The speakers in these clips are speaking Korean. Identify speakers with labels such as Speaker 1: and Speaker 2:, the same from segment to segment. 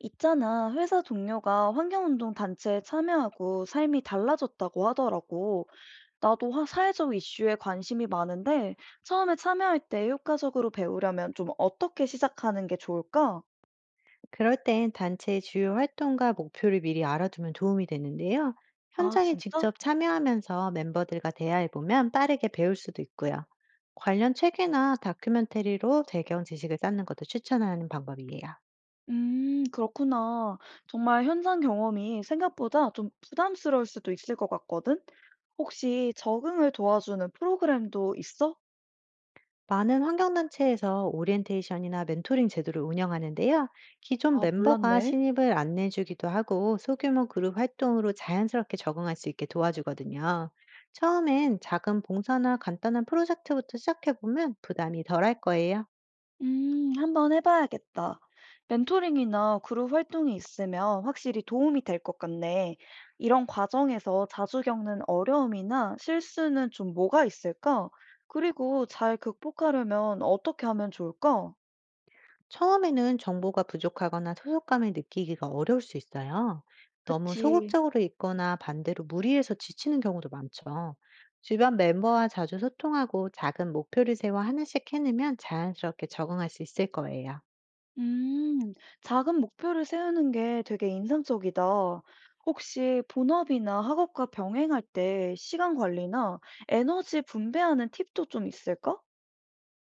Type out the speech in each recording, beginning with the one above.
Speaker 1: 있잖아, 회사 동료가 환경운동 단체에 참여하고 삶이 달라졌다고 하더라고. 나도 사회적 이슈에 관심이 많은데 처음에 참여할 때 효과적으로 배우려면 좀 어떻게 시작하는 게 좋을까?
Speaker 2: 그럴 땐 단체의 주요 활동과 목표를 미리 알아두면 도움이 되는데요.
Speaker 1: 아,
Speaker 2: 현장에
Speaker 1: 진짜?
Speaker 2: 직접 참여하면서 멤버들과 대화해보면 빠르게 배울 수도 있고요. 관련 책이나 다큐멘터리로 배경 지식을 쌓는 것도 추천하는 방법이에요.
Speaker 1: 그렇구나. 정말 현장 경험이 생각보다 좀 부담스러울 수도 있을 것 같거든? 혹시 적응을 도와주는 프로그램도 있어?
Speaker 2: 많은 환경단체에서 오리엔테이션이나 멘토링 제도를 운영하는데요. 기존
Speaker 1: 아,
Speaker 2: 멤버가
Speaker 1: 몰랐네.
Speaker 2: 신입을 안내해주기도 하고 소규모 그룹 활동으로 자연스럽게 적응할 수 있게 도와주거든요. 처음엔 작은 봉사나 간단한 프로젝트부터 시작해보면 부담이 덜할 거예요.
Speaker 1: 한번 해봐야겠다. 멘토링이나 그룹 활동이 있으면 확실히 도움이 될 것 같네. 이런 과정에서 자주 겪는 어려움이나 실수는 좀 뭐가 있을까? 그리고 잘 극복하려면 어떻게 하면 좋을까?
Speaker 2: 처음에는 정보가 부족하거나 소속감을 느끼기가 어려울 수 있어요. 너무
Speaker 1: 그치.
Speaker 2: 소극적으로 있거나 반대로 무리해서 지치는 경우도 많죠. 주변 멤버와 자주 소통하고 작은 목표를 세워 하나씩 해내면 자연스럽게 적응할 수 있을 거예요.
Speaker 1: 음, 작은 목표를 세우는 게 되게 인상적이다. 혹시 본업이나 학업과 병행할 때 시간 관리나 에너지 분배하는 팁도 좀 있을까?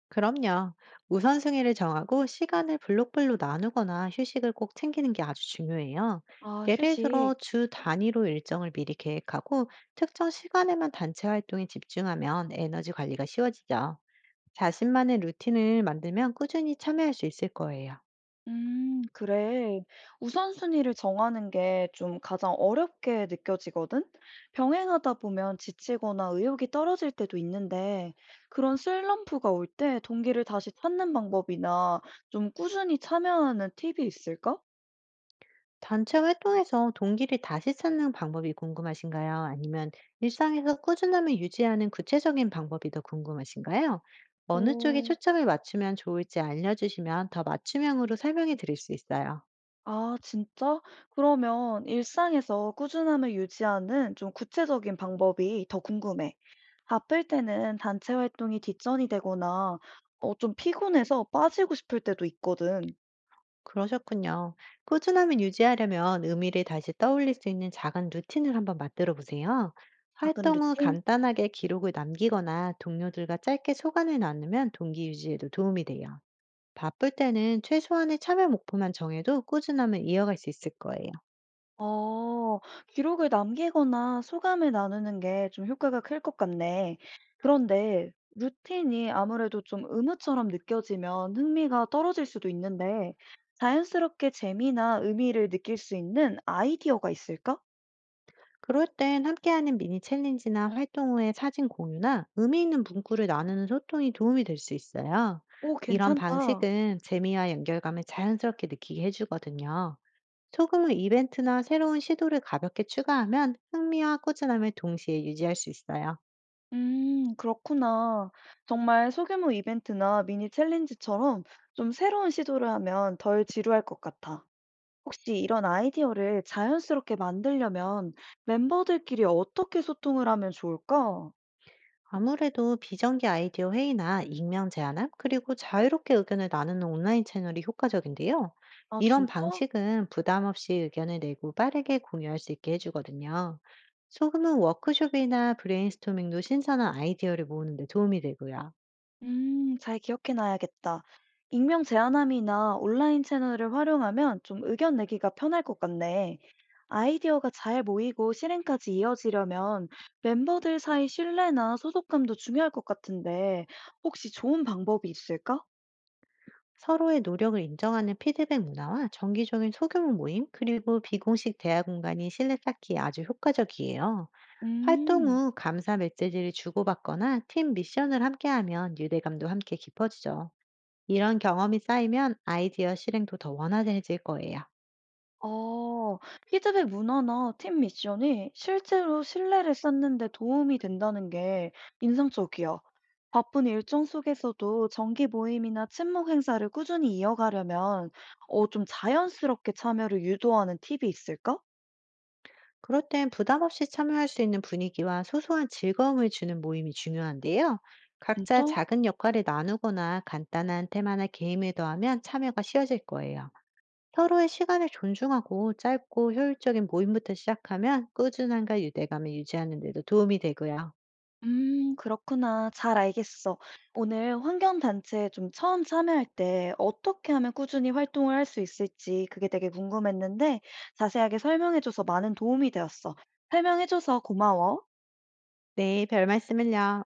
Speaker 2: 그럼요. 우선순위를 정하고 시간을 블록별로 나누거나 휴식을 꼭 챙기는 게 아주 중요해요.
Speaker 1: 아,
Speaker 2: 예를 들어
Speaker 1: 휴식.
Speaker 2: 주 단위로 일정을 미리 계획하고 특정 시간에만 단체 활동에 집중하면 에너지 관리가 쉬워지죠. 자신만의 루틴을 만들면 꾸준히 참여할 수 있을 거예요.
Speaker 1: 그래. 우선순위를 정하는 게 좀 가장 어렵게 느껴지거든? 병행하다 보면 지치거나 의욕이 떨어질 때도 있는데, 그런 슬럼프가 올 때 동기를 다시 찾는 방법이나 좀 꾸준히 참여하는 팁이 있을까?
Speaker 2: 단체 활동에서 동기를 다시 찾는 방법이 궁금하신가요? 아니면 일상에서 꾸준함을 유지하는 구체적인 방법이 더 궁금하신가요? 어느 쪽에
Speaker 1: 오.
Speaker 2: 초점을 맞추면 좋을지 알려주시면 더 맞춤형으로 설명해 드릴 수 있어요.
Speaker 1: 아, 진짜? 그러면 일상에서 꾸준함을 유지하는 좀 구체적인 방법이 더 궁금해. 바쁠 때는 단체 활동이 뒷전이 되거나 어, 좀 피곤해서 빠지고 싶을 때도 있거든.
Speaker 2: 그러셨군요. 꾸준함을 유지하려면 의미를 다시 떠올릴 수 있는 작은 루틴을 한번 만들어 보세요.
Speaker 1: 작은
Speaker 2: 활동 후
Speaker 1: 루틴?
Speaker 2: 간단하게 기록을 남기거나 동료들과 짧게 소감을 나누면 동기 유지에도 도움이 돼요. 바쁠 때는 최소한의 참여 목표만 정해도 꾸준함을 이어갈 수 있을 거예요.
Speaker 1: 어, 기록을 남기거나 소감을 나누는 게 좀 효과가 클 것 같네. 그런데 루틴이 아무래도 좀 의무처럼 느껴지면 흥미가 떨어질 수도 있는데 자연스럽게 재미나 의미를 느낄 수 있는 아이디어가 있을까?
Speaker 2: 그럴 땐 함께하는 미니 챌린지나 활동 후의 사진 공유나 의미 있는 문구를 나누는 소통이 도움이 될 수 있어요.
Speaker 1: 오,
Speaker 2: 이런
Speaker 1: 괜찮다.
Speaker 2: 방식은 재미와 연결감을 자연스럽게 느끼게 해주거든요. 소금은 이벤트나 새로운 시도를 가볍게 추가하면 흥미와 꾸준함을 동시에 유지할 수 있어요.
Speaker 1: 그렇구나. 정말 소규모 이벤트나 미니 챌린지처럼 좀 새로운 시도를 하면 덜 지루할 것 같아. 혹시 이런 아이디어를 자연스럽게 만들려면 멤버들끼리 어떻게 소통을 하면 좋을까?
Speaker 2: 아무래도 비정기 아이디어 회의나 익명 제안함, 그리고 자유롭게 의견을 나누는 온라인 채널이 효과적인데요.
Speaker 1: 아,
Speaker 2: 이런
Speaker 1: 진짜?
Speaker 2: 방식은 부담 없이 의견을 내고 빠르게 공유할 수 있게 해주거든요. 소금은 워크숍이나 브레인스토밍도 신선한 아이디어를 모으는 데 도움이 되고요.
Speaker 1: 잘 기억해 놔야겠다. 익명 제한함이나 온라인 채널을 활용하면 좀 의견 내기가 편할 것 같네. 아이디어가 잘 모이고 실행까지 이어지려면 멤버들 사이 신뢰나 소속감도 중요할 것 같은데 혹시 좋은 방법이 있을까?
Speaker 2: 서로의 노력을 인정하는 피드백 문화와 정기적인 소규모 모임, 그리고 비공식 대화 공간이 신뢰 쌓기에 아주 효과적이에요. 활동
Speaker 1: 음,
Speaker 2: 후 감사 메시지를 주고받거나 팀 미션을 함께하면 유대감도 함께 깊어지죠. 이런 경험이 쌓이면 아이디어 실행도 더 원활해질 거예요.
Speaker 1: 어, 피드백 문화나 팀 미션이 실제로 신뢰를 쌓는 데 도움이 된다는 게 인상적이야. 바쁜 일정 속에서도 정기 모임이나 친목 행사를 꾸준히 이어가려면 어, 좀 자연스럽게 참여를 유도하는 팁이 있을까?
Speaker 2: 그럴 땐 부담 없이 참여할 수 있는 분위기와 소소한 즐거움을 주는 모임이 중요한데요. 각자
Speaker 1: 진짜?
Speaker 2: 작은 역할을 나누거나 간단한 테마나 게임을 더하면 참여가 쉬워질 거예요. 서로의 시간을 존중하고 짧고 효율적인 모임부터 시작하면 꾸준함과 유대감을 유지하는 데도 도움이 되고요.
Speaker 1: 그렇구나. 잘 알겠어. 오늘 환경단체에 좀 처음 참여할 때 어떻게 하면 꾸준히 활동을 할 수 있을지 그게 되게 궁금했는데 자세하게 설명해줘서 많은 도움이 되었어. 설명해줘서 고마워.
Speaker 2: 네, 별 말씀을요.